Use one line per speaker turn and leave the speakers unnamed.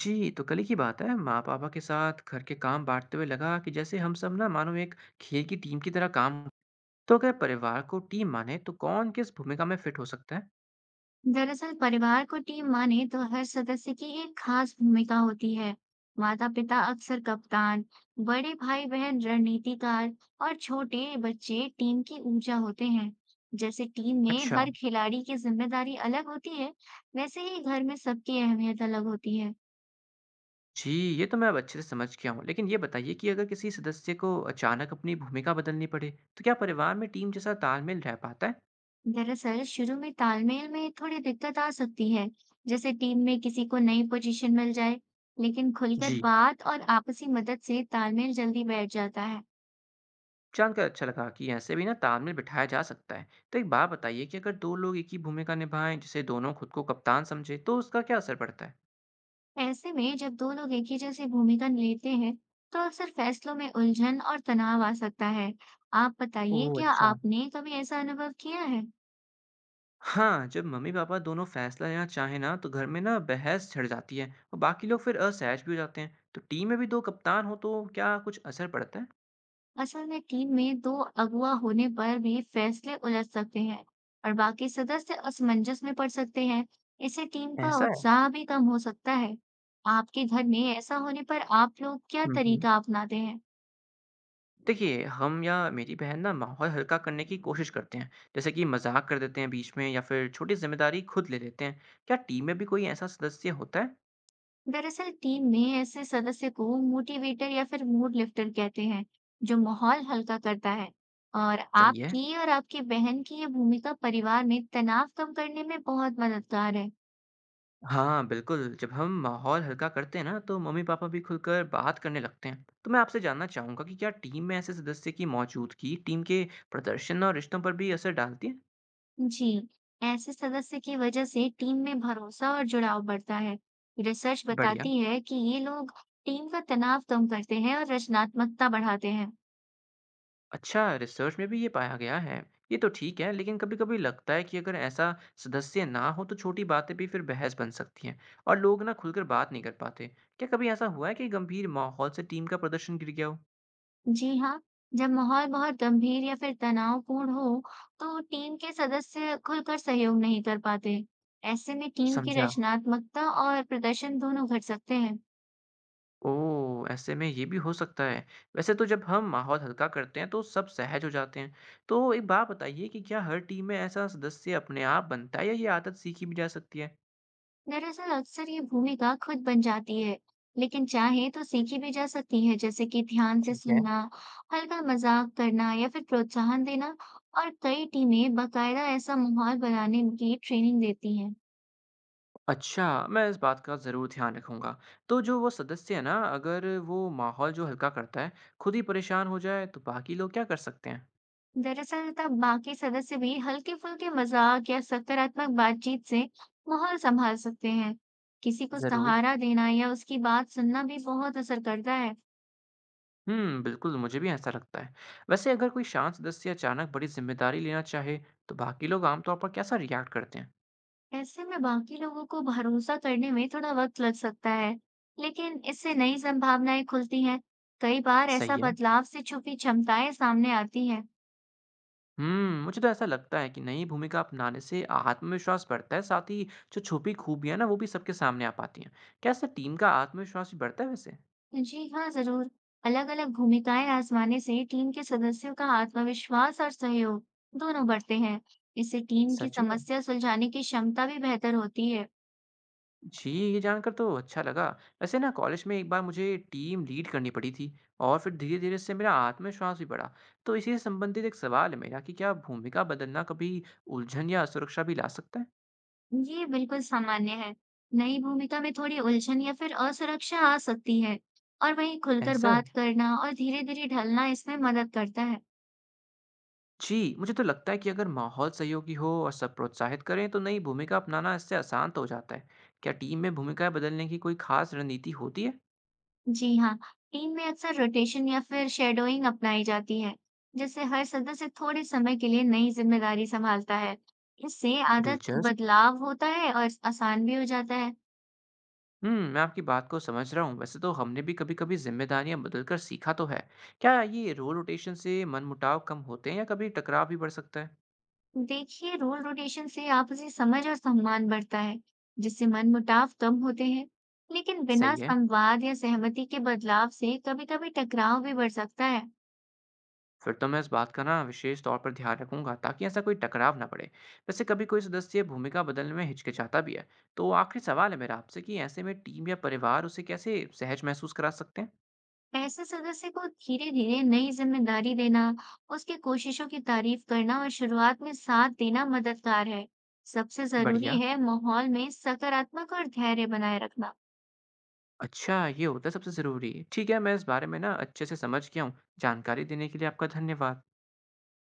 जी, तो कल ही की बात है, माँ-पापा के साथ घर के काम बाँटते हुए लगा कि जैसे हम सब ना मानो एक खेल की टीम की तरह काम। तो अगर परिवार को टीम माने, तो कौन किस भूमिका में फिट हो सकता है?
दरअसल परिवार को टीम माने तो हर सदस्य की एक खास भूमिका होती है। माता-पिता अक्सर कप्तान, बड़े भाई-बहन रणनीतिकार और छोटे बच्चे टीम की ऊर्जा होते हैं। जैसे टीम
अच्छा,
में हर खिलाड़ी की जिम्मेदारी अलग होती है, वैसे ही घर में सबकी अहमियत अलग होती है।
जी, ये तो मैं अब अच्छे से समझ गया हूँ। लेकिन ये बताइए कि अगर किसी सदस्य को अचानक अपनी भूमिका बदलनी पड़े, तो क्या परिवार में टीम जैसा तालमेल रह पाता है?
दरअसल शुरू में तालमेल में थोड़ी दिक्कत आ सकती है, जैसे टीम में किसी को नई पोजीशन मिल जाए, लेकिन खुलकर
जी,
बात और आपसी मदद से तालमेल जल्दी बैठ जाता है।
जानकर अच्छा लगा कि ऐसे भी ना तालमेल बिठाया जा सकता है। तो एक बात बताइए कि अगर 2 लोग एक ही भूमिका निभाएँ, जैसे दोनों खुद को कप्तान समझे, तो उसका क्या असर पड़ता है?
ऐसे में जब दो लोग एक ही जैसी भूमिका लेते हैं, तो अक्सर फैसलों में उलझन और तनाव आ सकता है। आप
ओह!
बताइए, क्या
अच्छा।
आपने कभी ऐसा अनुभव किया है?
हाँ, जब मम्मी-पापा दोनों फैसला लेना चाहें ना, तो घर में ना बहस छिड़ जाती है और बाकी लोग फिर असहज भी हो जाते हैं। तो टीम में भी दो कप्तान हो तो क्या कुछ असर पड़ता है?
असल में टीम में दो अगुवा होने पर भी फैसले उलझ सकते हैं और बाकी सदस्य असमंजस में पड़ सकते हैं। इससे टीम का
ऐसा है।
उत्साह भी कम हो सकता है। आपके घर में ऐसा होने पर आप लोग क्या
हम्म हम्म
तरीका अपनाते हैं?
देखिए, हम या मेरी बहन ना माहौल हल्का करने की कोशिश करते हैं, जैसे कि मजाक कर देते हैं बीच में या फिर छोटी जिम्मेदारी खुद ले लेते हैं। क्या टीम में भी कोई ऐसा सदस्य होता है?
दरअसल टीम में ऐसे सदस्य को मोटिवेटर या फिर मूड लिफ्टर कहते हैं, जो माहौल हल्का करता है। और
सही है।
आपकी बहन की ये भूमिका परिवार में तनाव कम करने में बहुत मददगार है।
हाँ, बिल्कुल। जब हम माहौल हल्का करते हैं ना, तो मम्मी-पापा भी खुलकर बात करने लगते हैं। तो मैं आपसे जानना चाहूँगा कि क्या टीम में ऐसे सदस्य की मौजूदगी टीम के प्रदर्शन और रिश्तों पर भी असर डालती है?
जी, ऐसे सदस्य की वजह से टीम में भरोसा और जुड़ाव बढ़ता है। रिसर्च
बढ़िया।
बताती है कि ये लोग टीम का तनाव कम करते हैं और रचनात्मकता बढ़ाते हैं।
अच्छा, रिसर्च में भी ये पाया गया है। ये तो ठीक है, लेकिन कभी-कभी लगता है कि अगर ऐसा सदस्य ना हो, तो छोटी बातें भी फिर बहस बन सकती हैं और लोग ना खुलकर बात नहीं कर पाते। क्या कभी ऐसा हुआ है कि गंभीर माहौल से टीम का प्रदर्शन गिर गया हो?
जी हाँ, जब माहौल बहुत गंभीर या फिर तनावपूर्ण हो, तो टीम के सदस्य खुलकर सहयोग नहीं कर पाते। ऐसे में टीम की
समझा।
रचनात्मकता और प्रदर्शन दोनों घट सकते हैं।
ओह! ऐसे में ये भी हो सकता है। वैसे तो जब हम माहौल हल्का करते हैं तो सब सहज हो जाते हैं। तो एक बात बताइए कि क्या हर टीम में ऐसा सदस्य अपने आप बनता है या ये आदत सीखी भी जा सकती है?
दरअसल अक्सर ये भूमिका खुद बन जाती है, लेकिन चाहे तो सीखी भी जा सकती है, जैसे कि ध्यान से
ठीक है।
सुनना, हल्का मजाक करना या फिर प्रोत्साहन देना। और कई टीमें बाकायदा ऐसा माहौल बनाने की ट्रेनिंग देती हैं।
अच्छा, मैं इस बात का ज़रूर ध्यान रखूँगा। तो जो वो सदस्य है ना अगर वो माहौल जो हल्का करता है, खुद ही परेशान हो जाए तो बाकी लोग क्या कर सकते हैं?
दरअसल तब बाकी सदस्य भी हल्के फुल्के मजाक या सकारात्मक बातचीत से माहौल संभाल सकते हैं। किसी को
जरूर।
सहारा देना या उसकी बात सुनना भी बहुत असर करता है।
बिल्कुल मुझे भी ऐसा लगता है। वैसे अगर कोई शांत सदस्य अचानक बड़ी ज़िम्मेदारी लेना चाहे, तो बाकी लोग आमतौर पर कैसा रिएक्ट करते हैं?
ऐसे में बाकी लोगों को भरोसा करने में थोड़ा वक्त लग सकता है, लेकिन इससे नई संभावनाएं खुलती हैं। कई बार ऐसा
सही है।
बदलाव से छुपी क्षमताएं सामने आती हैं।
मुझे तो ऐसा लगता है कि नई भूमिका अपनाने से आत्मविश्वास बढ़ता है, साथ ही जो छुपी खूबियां ना वो भी सबके सामने आ पाती हैं। क्या इससे टीम का आत्मविश्वास भी बढ़ता है वैसे?
जी हाँ, जरूर। अलग-अलग भूमिकाएं आजमाने से टीम के सदस्यों का आत्मविश्वास और सहयोग दोनों बढ़ते हैं। इससे टीम की
सच में।
समस्या सुलझाने की क्षमता भी बेहतर होती है।
जी, ये जानकर तो अच्छा लगा। वैसे ना कॉलेज में एक बार मुझे टीम लीड करनी पड़ी थी और फिर धीरे धीरे से मेरा आत्मविश्वास भी बढ़ा। तो इसी से संबंधित एक सवाल है मेरा कि क्या भूमिका बदलना कभी उलझन या असुरक्षा भी ला सकता है?
ये बिल्कुल सामान्य है। नई भूमिका में थोड़ी उलझन या फिर असुरक्षा आ सकती है और वहीं खुलकर
ऐसा है।
बात करना और धीरे-धीरे ढलना इसमें मदद करता है।
जी, मुझे तो लगता है कि अगर माहौल सहयोगी हो और सब प्रोत्साहित करें तो नई भूमिका अपनाना इससे आसान तो हो जाता है। क्या टीम में भूमिकाएं बदलने की कोई खास रणनीति होती है?
जी हाँ, टीम में अक्सर रोटेशन या फिर शेडोइंग अपनाई जाती है, जिससे हर सदस्य थोड़े समय के लिए नई जिम्मेदारी संभालता है। इससे आदत
दिलचस्प।
बदलाव होता है और आसान भी हो जाता है।
मैं आपकी बात को समझ रहा हूँ। वैसे तो हमने भी कभी कभी जिम्मेदारियां बदलकर सीखा तो है। क्या ये रोल रोटेशन से मनमुटाव कम होते हैं या कभी टकराव भी बढ़ सकता है?
देखिए, रोल रोटेशन से आपसी समझ और सम्मान बढ़ता है, जिससे मनमुटाव कम होते हैं। लेकिन बिना
सही है।
संवाद या सहमति के बदलाव से कभी-कभी टकराव भी बढ़ सकता है।
फिर तो मैं इस बात का ना विशेष तौर पर ध्यान रखूंगा ताकि ऐसा कोई टकराव ना पड़े। वैसे कभी कोई सदस्य भूमिका बदलने में हिचकिचाता भी है, तो आखिरी सवाल है मेरा आपसे कि ऐसे में टीम या परिवार उसे कैसे सहज महसूस करा सकते हैं?
ऐसे सदस्य को धीरे धीरे नई जिम्मेदारी देना, उसकी कोशिशों की तारीफ करना और शुरुआत में साथ देना मददगार है। सबसे जरूरी
बढ़िया।
है माहौल में सकारात्मक और धैर्य बनाए रखना।
अच्छा, ये होता है सबसे ज़रूरी। ठीक है, मैं इस बारे में ना अच्छे से समझ गया हूँ। जानकारी देने के लिए आपका धन्यवाद।